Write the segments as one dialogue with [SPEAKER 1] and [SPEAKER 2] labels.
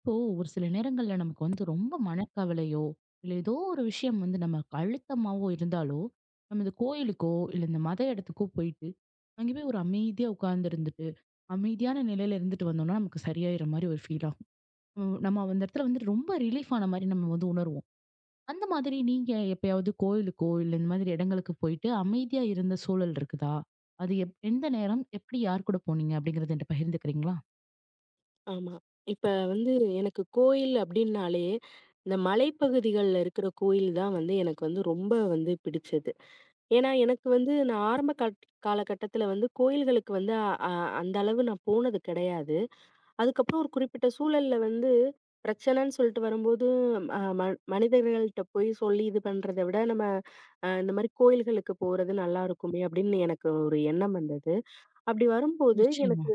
[SPEAKER 1] இப்போ ஒரு சில நேரங்கள்ல நமக்கு வந்து ரொம்ப மனக்கவலையோ இல்ல ஏதோ ஒரு விஷயம் வந்து நமக்கு அழுத்தமாவோ இருந்தாலோ நம்ம இந்த கோயிலுக்கோ இல்ல இந்த மத இடத்துக்கோ போயிட்டு அங்கே போய் ஒரு அமைதியா உட்கார்ந்து இருந்துட்டு அமைதியான நிலையில இருந்துட்டு வந்தோம்னா நமக்கு சரியாயிற மாதிரி ஒரு ஃபீல் ஆகும். நம்ம நம்ம அந்த இடத்துல வந்து ரொம்ப ரிலீஃப் ஆன மாதிரி நம்ம வந்து உணர்வோம். அந்த மாதிரி நீங்க எப்பயாவது கோயிலுக்கோ இல்ல இந்த மாதிரி இடங்களுக்கு போயிட்டு அமைதியா இருந்த சூழல் இருக்குதா? அது எந்த நேரம் எப்படி யார் கூட போனீங்க அப்படிங்கறத என்கிட்ட பகிர்ந்துக்கிறீங்களா?
[SPEAKER 2] ஆமா. இப்ப வந்து எனக்கு கோயில் அப்டின்னாலே, இந்த மலைப்பகுதிகள்ல இருக்கிற கோயில் தான் வந்து எனக்கு வந்து ரொம்ப வந்து பிடிச்சது. ஏன்னா, எனக்கு வந்து நான் ஆரம்ப காலகட்டத்தில வந்து கோயில்களுக்கு வந்து அ அ- அந்த அளவு நான் போனது கிடையாது. அதுக்கப்புறம் ஒரு குறிப்பிட்ட சூழல்ல வந்து பிரச்சனைன்னு சொல்லிட்டு வரும்போது, அ ம மனிதர்கள்ட்ட போய் சொல்லி இது பண்றத விட, நம்ம இந்த மாரி கோயில்களுக்கு போறது நல்லாருக்குமே! அப்டின்னு எனக்கு ஒரு எண்ணம் வந்தது. அப்டி வரும்போது
[SPEAKER 1] நிச்சயமா.
[SPEAKER 2] எனக்கு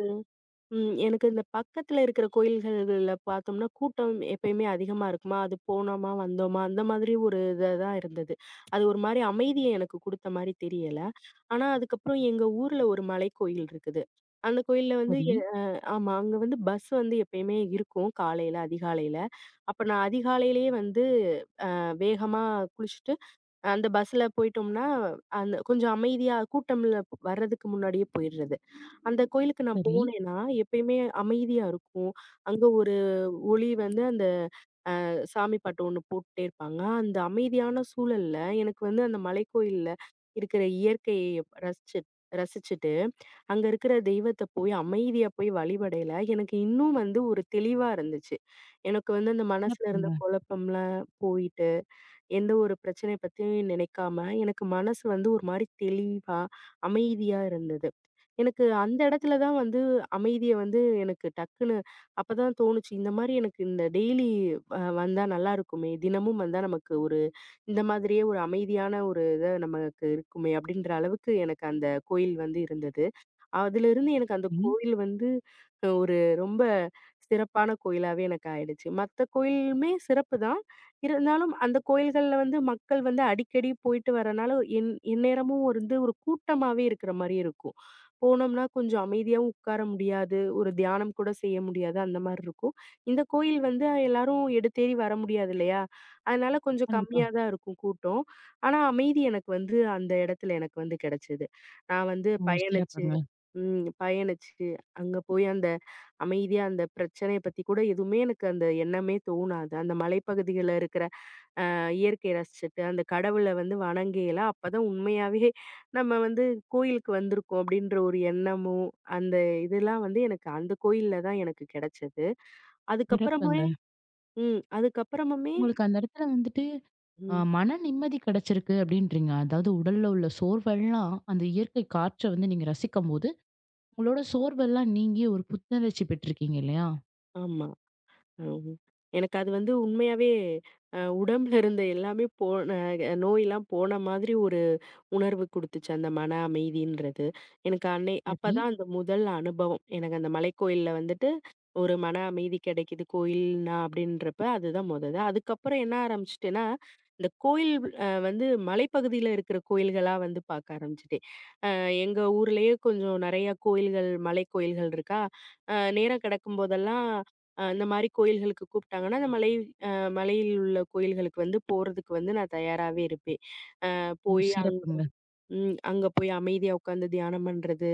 [SPEAKER 2] ம். எனக்கு இந்த பக்கத்துல இருக்கிற கோயில்கள்ல பார்த்தோம்னா, கூட்டம் எப்பயுமே அதிகமா இருக்குமா, அது போனோமா, வந்தோமா அந்த மாதிரி ஒரு இத தான் இருந்தது. அது ஒரு மாரி அமைதிய எனக்கு குடுத்த மாரி தெரியல. ஆனா, அதுக்கப்புறம் எங்க ஊர்ல ஒரு மலைக்கோயில் இருக்குது. அந்த கோயில்ல வந்து
[SPEAKER 1] சரி.
[SPEAKER 2] ஆமா. அங்க வந்து பஸ் வந்து எப்பயுமே இருக்கும் காலையில, அதிகாலையில. அப்ப நான் அதிகாலையிலேயே வந்து வேகமா குளிச்சுட்டு, அந்த பஸ்ல போயிட்டோம்னா, அந்த கொஞ்சம் அமைதியா கூட்டம்ல வர்றதுக்கு முன்னாடியே போயிடுறது. அந்த கோயிலுக்கு நான்
[SPEAKER 1] சரி.
[SPEAKER 2] போனேன்னா, எப்பயுமே அமைதியா இருக்கும். அங்க ஒரு ஒளி வந்து அந்த சாமி பாட்டு ஒண்ணு போட்டுட்டே இருப்பாங்க. அந்த அமைதியான சூழல்ல எனக்கு வந்து அந்த மலைக்கோயில்ல இருக்கிற இயற்கைய ரசிச்சு ரசிச்சுட்டு, அங்க இருக்கிற தெய்வத்த போய் அமைதியா போய் வழிபடையில எனக்கு இன்னும் வந்து ஒரு தெளிவா இருந்துச்சு. எனக்கு வந்து அந்த மனசுல இருந்த
[SPEAKER 1] சிறப்புங்க.
[SPEAKER 2] குழப்பம்லாம் போயிட்டு எந்த ஒரு பிரச்சனைய பத்தியும் நினைக்காம, எனக்கு மனசு வந்து ஒரு மாரி தெளிவா, அமைதியா இருந்தது. எனக்கு அந்த இடத்துல தான் வந்து அமைதிய வந்து எனக்கு டக்குன்னு அப்பதான் தோணுச்சு. இந்த மாரி எனக்கு இந்த டெய்லி வந்தா நல்லாருக்குமே! தினமும் வந்தா நமக்கு ஒரு இந்த மாதிரியே ஒரு அமைதியான ஒரு இத நமக்கு இருக்குமே! அப்பிடின்ற அளவுக்கு எனக்கு அந்த கோயில் வந்து இருந்தது. அதிலிருந்து எனக்கு அந்த கோயில் வந்து ஒரு ரொம்ப சிறப்பான கோயிலாவே எனக்கு ஆயிடுச்சு. மத்த கோயிலுமே சிறப்பு தான். இருந்தாலும் அந்த கோயில்கள்ல வந்து மக்கள் வந்து அடிக்கடி போயிட்டு வரனால, எந்நேரமும் வந்து ஒரு கூட்டமாவே இருக்கிற மாரி இருக்கும். போனோம்னா கொஞ்சம் அமைதியாவும் உட்கார முடியாது. ஒரு தியானம் கூட செய்ய முடியாது. அந்த மாரி இருக்கும். இந்த கோயில் வந்து எல்லாரும் எடுத்தேறி வர முடியாது இல்லையா? அதனால கொஞ்சம்
[SPEAKER 1] கண்டிப்பா.
[SPEAKER 2] கம்மியா தான் இருக்கும் கூட்டம். ஆனா அமைதி எனக்கு வந்து அந்த இடத்துல எனக்கு வந்து கிடைச்சது. நான் வந்து
[SPEAKER 1] ஓ!
[SPEAKER 2] பயணிச்சு
[SPEAKER 1] சிறப்புங்க,
[SPEAKER 2] ம். பயணிச்சு, அங்க போய் அந்த அமைதியா அந்த பிரச்சனைய பத்தி கூட எதுவுமே எனக்கு அந்த எண்ணமே தோணாது. அந்த மலைப்பகுதிகள்ல இருக்கிற இயற்கைய ரசிச்சுட்டு, அந்த கடவுள வந்து வணங்கையில அப்பதான் உண்மையாவே நம்ம வந்து கோயிலுக்கு வந்திருக்கோம் அப்படின்ற ஒரு எண்ணமும், அந்த இதெல்லாம் வந்து எனக்கு அந்த கோயில்ல தான் எனக்கு கிடைச்சது. அதுக்கப்புறமே
[SPEAKER 1] சிறப்புங்க.
[SPEAKER 2] ம். அதுக்கப்புறமுமே
[SPEAKER 1] உங்களுக்கு அந்த இடத்துல வந்துட்டு அ
[SPEAKER 2] ம்.
[SPEAKER 1] மன நிம்மதி கிடைச்சிருக்கு அப்படின்றீங்க. அதாவது உடல்ல உள்ள சோர்வெல்லாம் அந்த இயற்கை காற்ற வந்து நீங்க ரசிக்கும்போது, உங்களோட சோர்வெல்லாம் நீங்கி ஒரு புத்துணர்ச்சி பெற்றிருக்கீங்க இல்லையா?
[SPEAKER 2] ஆமா. ம். எனக்கு அது வந்து உண்மையாவே உடம்புல இருந்த எல்லாமே போன நோயெல்லாம் போன மாதிரி ஒரு உணர்வு குடுத்துச்சு அந்த மன அமைதின்றது. எனக்கு அன்னை
[SPEAKER 1] சரி.
[SPEAKER 2] அப்பதான் அந்த முதல் அனுபவம். எனக்கு அந்த மலைக்கோயில்ல வந்துட்டு ஒரு மன அமைதி கிடைக்குது கோயில்னா அப்படின்றப்ப அதுதான் மொத இது. அதுக்கப்புறம் என்ன ஆரம்பிச்சுட்டேன்னா, இந்த கோயில் வந்து மலைப்பகுதியில இருக்கிற கோயில்களா வந்து பார்க்க ஆரம்பிச்சுட்டேன். அ எங்க ஊர்லயே கொஞ்சம் நெறைய கோயில்கள், மலை கோயில்கள் இருக்கா. நேரம் கிடைக்கும்போதெல்லாம் இந்த மாரி கோயில்களுக்கு கூப்பிட்டாங்கன்னா, அந்த அ மலையில் உள்ள கோயில்களுக்கு வந்து போறதுக்கு வந்து நான் தயாராவே இருப்பேன்.
[SPEAKER 1] ஓ!
[SPEAKER 2] போய் அங்க
[SPEAKER 1] சிறப்புங்க,
[SPEAKER 2] ம். அங்க போய் அமைதியா உட்காந்து தியானம் பண்றது.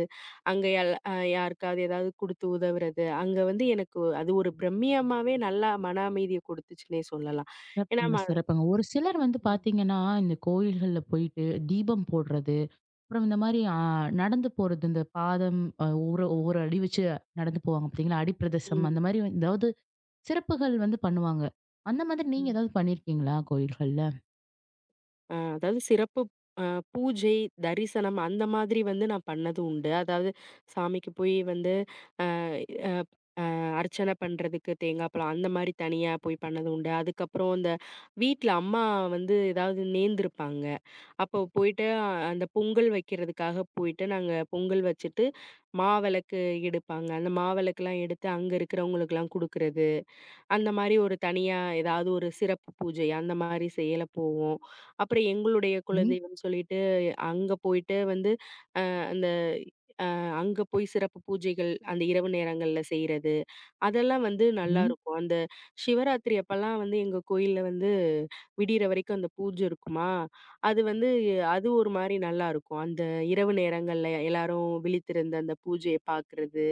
[SPEAKER 2] அங்க எல் அ யாருக்காவது ஏதாவது குடுத்து உதவுறது. அங்க வந்து எனக்கு அது ஒரு பிரம்மியமாவே நல்லா மன அமைதிய குடுத்துச்சுன்னே சொல்லலாம். ஏன்னா
[SPEAKER 1] சிறப்புங்க,
[SPEAKER 2] ம
[SPEAKER 1] சிறப்புங்க. ஒரு சிலர் வந்து
[SPEAKER 2] ம்.
[SPEAKER 1] பார்த்தீங்கன்னா, இந்த கோயில்கள்ல போயிட்டு தீபம் போடுறது, அப்புறம் இந்த மாரி அ நடந்து போறது, இந்த பாதம் அ ஒரு ஒரு அடி வச்சு நடந்து போவாங்க பார்த்தீங்களா? அடி பிரதேசம்
[SPEAKER 2] ம்.
[SPEAKER 1] அந்த மாரி ஏதாவது சிறப்புகள் வந்து பண்ணுவாங்க. அந்த மாதிரி நீங்க
[SPEAKER 2] ம்.
[SPEAKER 1] ஏதாவது பண்ணியிருக்கீங்களா கோயில்கள்ல?
[SPEAKER 2] அதாவது சிறப்பு அ பூஜை, தரிசனம் அந்த மாதிரி வந்து நான் பண்ணது உண்டு. அதாவது சாமிக்கு போய் வந்து அர்ச்சனை பண்றதுக்கு தேங்காய் பழம் அந்த மாரி தனியா போய் பண்ணது உண்டு. அதுக்கப்புறம் இந்த வீட்ல அம்மா வந்து ஏதாவது நேர்ந்திருப்பாங்க. அப்போ போயிட்டு அந்த பொங்கல் வைக்கிறதுக்காக போயிட்டு நாங்க பொங்கல் வச்சுட்டு, மாவிளக்கு எடுப்பாங்க. அந்த மாவிளக்குலாம் எடுத்து அங்க இருக்கிறவங்களுக்கெல்லாம் குடுக்குறது. அந்த மாரி ஒரு தனியா ஏதாவது ஒரு சிறப்பு பூஜை அந்த மாரி செயல போவோம். அப்புறம் எங்களுடைய
[SPEAKER 1] ம்.
[SPEAKER 2] குலதெய்வம் சொல்லிட்டு அங்க போயிட்டு வந்து அந்த அங்க போய் சிறப்பு பூஜைகள் அந்த இரவு நேரங்கள்ல செய்றது. அதெல்லாம் வந்து
[SPEAKER 1] சரி.
[SPEAKER 2] நல்லாருக்கும். அந்த சிவராத்திரி அப்பல்லாம் வந்து எங்க கோயில்ல வந்து விடியிற வரைக்கும் அந்த பூஜ இருக்குமா, அது வந்து அது ஒரு மாரி நல்லாருக்கும். அந்த இரவு நேரங்கள்ல எல்லாரும் விழித்திருந்து அந்த பூஜைய பார்க்கிறது,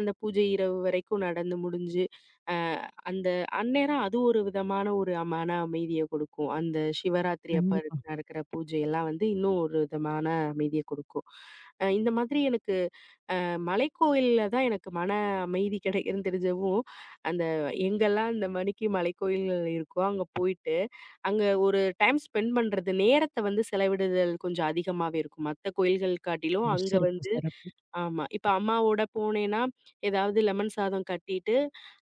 [SPEAKER 2] அந்த பூஜை இரவு வரைக்கும் நடந்து முடிஞ்சு, அ அந்த அந்நேரம் அது ஒரு விதமான ஒரு மன அமைதிய கொடுக்கும். அந்த சிவராத்திரி அப்ப
[SPEAKER 1] கண்டிப்பா.
[SPEAKER 2] நடக்கிற பூஜையெல்லாம் வந்து இன்னும் ஒரு விதமான அமைதிய கொடுக்கும். இந்த மாதிரி எனக்கு மலைக்கோயில்ல தான் எனக்கு மன அமைதி கிடைக்குதுன்னு தெரிஞ்சவும், அந்த எங்கெல்லாம் இந்த மணிக்கு மலைக்கோயில்கள் இருக்கோ, அங்க போயிட்டு, அங்க ஒரு டைம் ஸ்பெண்ட் பண்றது, நேரத்த வந்து செலவிடுதல் கொஞ்சம் அதிகமாவே இருக்கும். மத்த கோயில்கள் காட்டிலும்
[SPEAKER 1] ஓ!
[SPEAKER 2] அங்க
[SPEAKER 1] சிறப்பு,
[SPEAKER 2] வந்து
[SPEAKER 1] சிறப்பு.
[SPEAKER 2] ஆமா. இப்ப அம்மாவோட போனேன்னா, ஏதாவது லெமன் சாதம் கட்டிட்டு,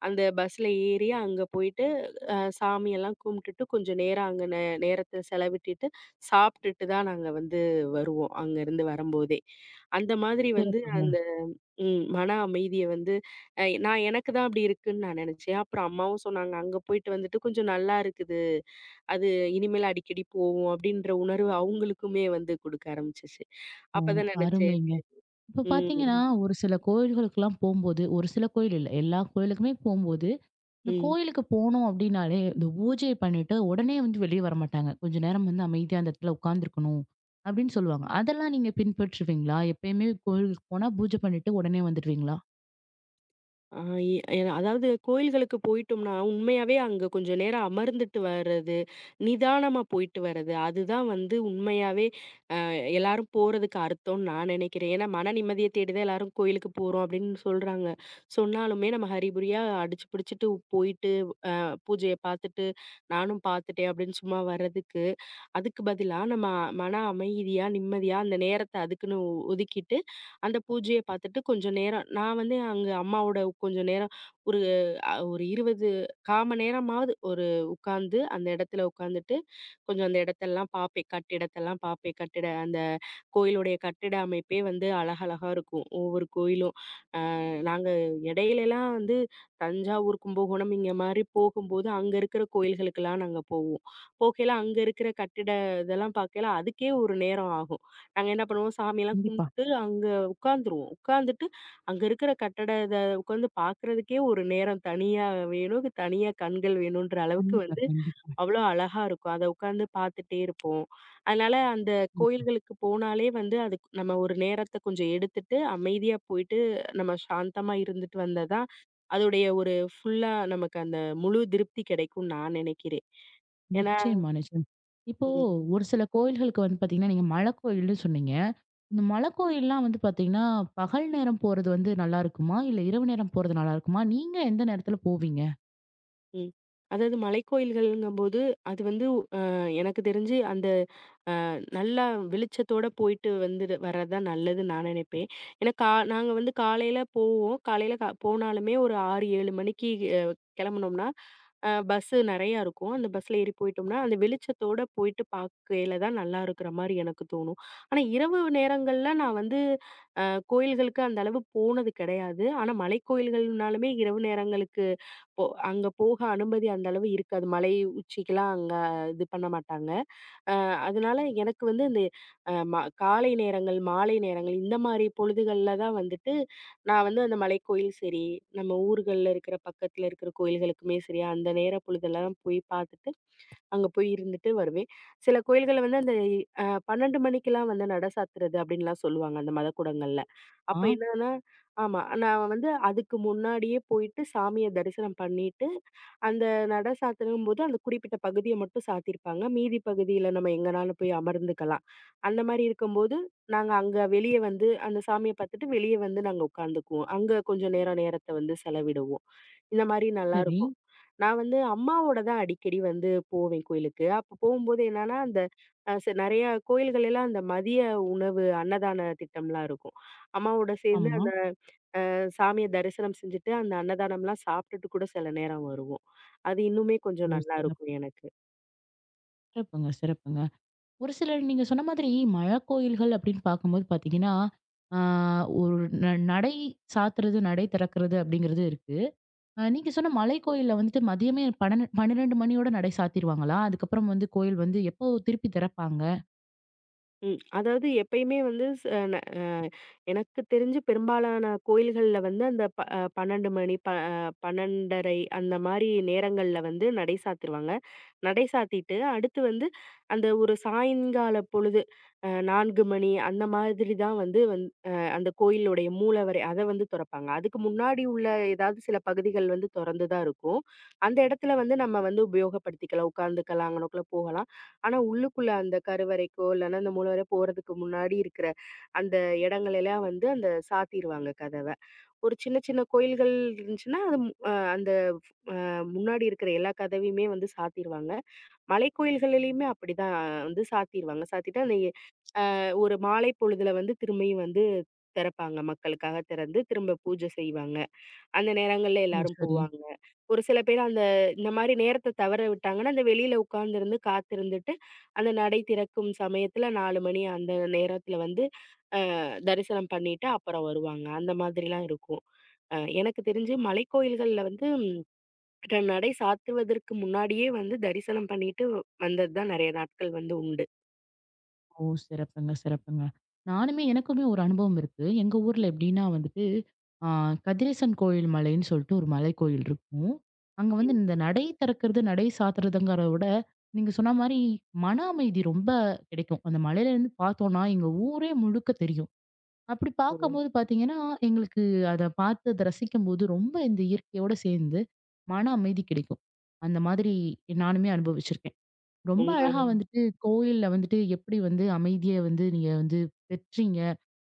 [SPEAKER 2] அந்த பஸ்ல ஏறி அங்க போயிட்டு, சாமியெல்லாம் கும்பிட்டுட்டு, கொஞ்சம் நேரம் அங்க நேரத்த செலவிட்டுட்டு, சாப்பிட்டுட்டு தான் நாங்க வந்து வருவோம், அங்கருந்து வரும்போதே. அந்த மாதிரி வந்து
[SPEAKER 1] சிறப்புங்க.
[SPEAKER 2] அந்த ம். மன அமைதிய வந்து நான் எனக்கு தான் அப்படி இருக்குன்னு நான் நெனச்சேன். அப்புறம் அம்மாவும் சொன்னாங்க, "அங்க போயிட்டு வந்துட்டு கொஞ்சம் நல்லா இருக்குது. அது இனிமேல் அடிக்கடி போவோம்." அப்படின்ற உணர்வு அவங்களுக்குமே வந்து குடுக்க ஆரம்பிச்சுச்சு.
[SPEAKER 1] ஓ!
[SPEAKER 2] அப்பதான் நெனச்சேன்.
[SPEAKER 1] அருமைங்க. இப்ப பார்த்தீங்கன்னா,
[SPEAKER 2] ம்,
[SPEAKER 1] ஒரு சில கோயில்களுக்கெல்லாம் போம்போது, ஒரு சில கோயில் இல்ல. எல்லா கோயிலுக்குமே போம்போது, இந்த
[SPEAKER 2] ம்.
[SPEAKER 1] கோயிலுக்கு போனோம் அப்டின்னாலே, இந்த பூஜை பண்ணிட்டு உடனே வந்து வெளிய வரமாட்டாங்க. கொஞ்ச நேரம் வந்து அமைதியா அந்த இடத்துல உட்காந்துருக்கணும், அப்டின்னு சொல்லுவாங்க. அதெல்லாம் நீங்க பின்பற்றுவீங்களா? எப்பயுமே கோயிலுக்கு போனா பூஜை பண்ணிட்டு உடனே வந்துருவீங்களா?
[SPEAKER 2] ஆ அதாவது கோயில்களுக்கு போயிட்டோம்னா, உண்மையாவே அங்க கொஞ்சம் நேரம் அமர்ந்துட்டு வர்றது, நிதானமா போயிட்டு வர்றது, அதுதான் வந்து உண்மையாவே எல்லாரும் போறதுக்கு அர்த்தம்னு நான் நினைக்கிறேன். ஏன்னா, மன நிம்மதிய தேடி தான் எல்லாரும் கோயிலுக்கு போறோம் அப்படின்னு சொல்றாங்க. சொன்னாலுமே நம்ம ஹரிபுரியா அடிச்சு பிடிச்சுட்டு போயிட்டு, பூஜைய பார்த்துட்டு, நானும் பார்த்துட்டேன் அப்படின்னு சும்மா வர்றதுக்கு, அதுக்கு பதிலா நம்ம மன அமைதியா, நிம்மதியா அந்த நேரத்த அதுக்குன்னு ஒதுக்கிட்டு, அந்த பூஜைய பார்த்துட்டு கொஞ்சம் நேரம் நான் வந்து அங்க அம்மாவோட கொஞ்சம் நேரம் ஒரு ஒரு 20 1/4 மணி நேரமாவது ஒரு உட்கார்ந்து, அந்த இடத்துல உட்கார்ந்துட்டு, கொஞ்சம் அந்த இடத்தெல்லாம் பார்ப்பேன். கட்டிடத்தெல்லாம் பார்ப்பேன். கட்டிட அந்த கோயிலுடைய கட்டிட அமைப்பே வந்து அழகழகா இருக்கும். ஒவ்வொரு கோயிலும். நாங்க இடையிலலாம் வந்து தஞ்சாவூர், கும்பகோணம் இங்க மாரி போகும்போது, அங்க இருக்கிற கோயில்களுக்கெல்லாம் நாங்க போவோம். போகையில அங்க இருக்கிற கட்டிட இதெல்லாம் பார்க்கையில அதுக்கே ஒரு நேரம் ஆகும். நாங்க என்ன பண்ணுவோம், சாமியெல்லாம்
[SPEAKER 1] கண்டிப்பா.
[SPEAKER 2] கும்பிட்டு அங்க உட்காந்துருவோம். உட்காந்துட்டு அங்க இருக்கிற கட்டட இத உட்காந்து பார்க்குறதுக்கே ஒரு நேரம் தனியா வேணும். தனியா கண்கள் வேணுன்ற அளவுக்கு
[SPEAKER 1] கண்டிப்பா,
[SPEAKER 2] வந்து
[SPEAKER 1] கண்டிப்பா.
[SPEAKER 2] அவ்வளோ அழகா இருக்கும். அத உட்காந்து பார்த்துட்டே இருப்போம். அதனால அந்த
[SPEAKER 1] கண்டிப்பா.
[SPEAKER 2] கோயில்களுக்கு போனாலே வந்து அதுக்கு நம்ம ஒரு நேரத்த கொஞ்சம் எடுத்துட்டு, அமைதியா போயிட்டு நம்ம சாந்தமா இருந்துட்டு வந்தா தான், அதோடைய ஒரு ஃபுல்லா நமக்கு அந்த முழு திருப்தி கிடைக்கும்னு நான் நினைக்கிறேன். ஏன்னா
[SPEAKER 1] நிச்சயமா, நிச்சயமா. இப்போ
[SPEAKER 2] ம்,
[SPEAKER 1] ஒரு சில கோயில்களுக்கு வந்து பாத்தீங்கன்னா, நீங்க மலை கோயில்னு சொன்னீங்க. இந்த மலை கோயில்லாம் வந்து பாத்தீங்கன்னா, பகல் நேரம் போறது வந்து நல்லா இருக்குமா? இல்ல இரவு நேரம் போறது நல்லா இருக்குமா? நீங்க எந்த நேரத்துல போவீங்க?
[SPEAKER 2] ம். அதாவது மலைக்கோயில்கள்ங்கும்போது, அது வந்து அ எனக்கு தெரிஞ்சு அந்த நல்லா வெளிச்சத்தோட போயிட்டு வந்துடு வர்றது தான் நல்லதுன்னு நான் நினைப்பேன். ஏன்னா நாங்க வந்து காலையில போவோம். காலையில போனாலுமே ஒரு 6, 7 மணிக்கு அ கிளம்புனோம்னா, பஸ்ஸு நெறையா இருக்கும். அந்த பஸ்ல ஏறி போயிட்டோம்னா, அந்த வெளிச்சத்தோட போயிட்டு பார்க்கையில தான் நல்லா இருக்கிற மாரி எனக்கு தோணும். ஆனா இரவு நேரங்கள்ல நான் வந்து அ கோயில்களுக்கு அந்த அளவு போனது கிடையாது. ஆனா மலைக்கோயில்கள்னாலுமே இரவு நேரங்களுக்கு போ அங்க போக அனுமதி அந்த அளவு இருக்காது. மலை உச்சிக்கெல்லாம் அங்க இது பண்ண மாட்டாங்க. அ அதனால எனக்கு வந்து இந்த அ ம காலை நேரங்கள், மாலை நேரங்கள் இந்த மாரி பொழுதுகள்ல தான் வந்துட்டு, நான் வந்து அந்த மலைக்கோயில் சரி, நம்ம ஊர்கள்ல இருக்கிற பக்கத்துல இருக்கிற கோயில்களுக்குமே சரி, அந்த நேர பொழுதெல்லாம் போய் பார்த்துட்டு, அங்க போய் இருந்துட்டு வருவேன். சில கோயில்கள்ல வந்து அந்த அ 12 மணிக்கெல்லாம் வந்து நட சாத்துறது அப்படின்லாம் சொல்லுவாங்க, அந்த மதக்கூடங்கள்ல.
[SPEAKER 1] ஆ,
[SPEAKER 2] அப்ப என்னன்னா ஆமா. நான் வந்து அதுக்கு முன்னாடியே போயிட்டு சாமிய தரிசனம் பண்ணிட்டு அந்த நட சாத்துறங்கும்போது, அந்த குறிப்பிட்ட பகுதிய மட்டும் சாத்தியிருப்பாங்க. மீதி பகுதியில நம்ம எங்கனாலும் போய் அமர்ந்துக்கலாம். அந்த மாரி இருக்கும்போது, நாங்க அங்க வெளிய வந்து அந்த சாமிய பாத்துட்டு வெளிய வந்து நாங்க உட்காந்துக்குவோம். அங்க கொஞ்சம் நேரம் நேரத்த வந்து செலவிடுவோம். இந்த மாரி
[SPEAKER 1] சரி.
[SPEAKER 2] நல்லாருக்கும். நான் வந்து அம்மாவோட தான் அடிக்கடி வந்து போவேன் கோயிலுக்கு. அப்ப போகும்போது என்னன்னா, அந்த அ ச நெறைய கோயில்கள் எல்லாம் அந்த மதிய உணவு அன்னதான திட்டம்லாம் இருக்கும். அம்மாவோட சேர்ந்து
[SPEAKER 1] ஆமா.
[SPEAKER 2] அந்த சாமிய தரிசனம் செஞ்சுட்டு, அந்த அன்னதானம்லாம் சாப்பிட்டுட்டு கூட சில நேரம் வருவோம். அது இன்னுமே கொஞ்சம்
[SPEAKER 1] ஓ!
[SPEAKER 2] நல்லாருக்கும்
[SPEAKER 1] சிறப்பு.
[SPEAKER 2] எனக்கு.
[SPEAKER 1] சிறப்புங்க, சிறப்புங்க. ஒரு சிலர் நீங்க சொன்ன மாதிரி மலை கோயில்கள் அப்படின்னு பார்க்கும்போது பாத்தீங்கன்னா, ஆ ஒரு நடை சாத்துறது, நடை திறக்கிறது அப்படிங்கிறது இருக்கு. அ நீங்க சொன்ன மலைக்கோயில்ல வந்துட்டு மதியமே 12 மணியோட நடை சாத்திருவாங்களா? அதுக்கப்புறம் வந்து கோயில் வந்து எப்போ திருப்பி திறப்பாங்க?
[SPEAKER 2] ம். அதாவது எப்பயுமே வந்து ஸ் அ ந அ எனக்கு தெரிஞ்சு பெரும்பாலான கோயில்கள்ல வந்து அந்த ப அ 12 மணி, ப அ 12:30 அந்த மாரி நேரங்கள்ல வந்து நடை சாத்திருவாங்க. நடை சாத்திட்டு, அடுத்து வந்து அந்த ஒரு சாயங்கால பொழுது 4 மணி அந்த மாதிரி தான் வந்து வந் அ அந்த கோயிலுடைய மூலவரை அத வந்து தொறப்பாங்க. அதுக்கு முன்னாடி உள்ள ஏதாவது சில பகுதிகள் வந்து தொறந்து தான் இருக்கும். அந்த இடத்துல வந்து நம்ம வந்து உபயோகப்படுத்திக்கலாம். உட்காந்துக்கலாம், அங்கனக்குள்ள போகலாம். ஆனா, உள்ளுக்குள்ள அந்த கருவறைக்கோ, இல்லன்னா அந்த மூல வரை போறதுக்கு முன்னாடி இருக்கிற அந்த இடங்கள் எல்லாம் வந்து அந்த சாத்திருவாங்க கதவ. ஒரு சின்ன சின்ன கோயில்கள் இருந்துச்சுன்னா, அது அந்த முன்னாடி இருக்கிற எல்லா கதவையுமே வந்து சாத்திருவாங்க. மலைக்கோயில்களிலயுமே அப்படிதான் வந்து சாத்திருவாங்க. சாத்திட்டு அந்த ஒரு மாலை பொழுதுல வந்து திரும்பியும் வந்து திறப்பாங்க. மக்களுக்காக திறந்து திரும்ப பூஜை செய்வாங்க. அந்த நேரங்கள்ல
[SPEAKER 1] ஓ!
[SPEAKER 2] எல்லாரும்
[SPEAKER 1] சரி.
[SPEAKER 2] போவாங்க. ஒரு சில பேர் அந்த இந்த மாரி நேரத்த தவற விட்டாங்கன்னா, அந்த வெளியில உட்கார்ந்திருந்து காத்திருந்துட்டு, அந்த நடை திறக்கும் சமயத்துல 4 மணி அந்த நேரத்துல வந்து தரிசனம் பண்ணிட்டு அப்புறம் வருவாங்க. அந்த மாதிரிலாம் இருக்கும். எனக்கு தெரிஞ்சு மலைக்கோயில்கள்ல வந்து நடை சாத்துவதற்கு முன்னாடியே வந்து தரிசனம் பண்ணிட்டு வந்தது தான் நெறைய நாட்கள் வந்து உண்டு.
[SPEAKER 1] ஓ! சிறப்புங்க, சிறப்புங்க. நானுமே எனக்குமே ஒரு அனுபவம் இருக்கு. எங்க ஊர்ல எப்படின்னா வந்துட்டு, ஆ கதிரேசன் கோயில் மலைன்னு சொல்லிட்டு ஒரு மலைக்கோயில் இருக்கும். அங்க
[SPEAKER 2] ம்.
[SPEAKER 1] வந்து இந்த நடை திறக்கிறது, நடை சாத்துறதுங்கிறத விட, நீங்க சொன்ன மாரி மன அமைதி ரொம்ப கிடைக்கும். அந்த மலையிலேருந்து பார்த்தோம்னா, எங்க ஊரே முழுக்க தெரியும். அப்படி
[SPEAKER 2] ஓ!
[SPEAKER 1] பார்க்கும்போது பார்த்தீங்கன்னா, எங்களுக்கு அத பார்த்து அத ரசிக்கும்போது, ரொம்ப இந்த இயற்கையோட சேர்ந்து மன அமைதி கிடைக்கும். அந்த மாதிரி நானுமே அனுபவிச்சிருக்கேன். ரொம்ப
[SPEAKER 2] உண்ம.
[SPEAKER 1] அழகா வந்துட்டு கோயில்ல வந்துட்டு எப்படி வந்து அமைதிய வந்து நீங்க வந்து பெற்றீங்க?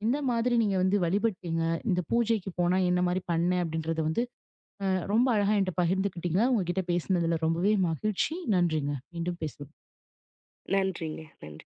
[SPEAKER 1] எந்த மாதிரி நீங்க வந்து வழிபட்டீங்க? இந்த பூஜைக்கு போனா என்ன மாரி பண்ணேன்? அப்படின்றத வந்து அ ரொம்ப அழகா என்ட்ட பகிர்ந்துக்கிட்டீங்க. உங்ககிட்ட பேசினதுல ரொம்பவே மகிழ்ச்சி. நன்றிங்க. மீண்டும் பேசலாம்.
[SPEAKER 2] நன்றிங்க. நன்றி.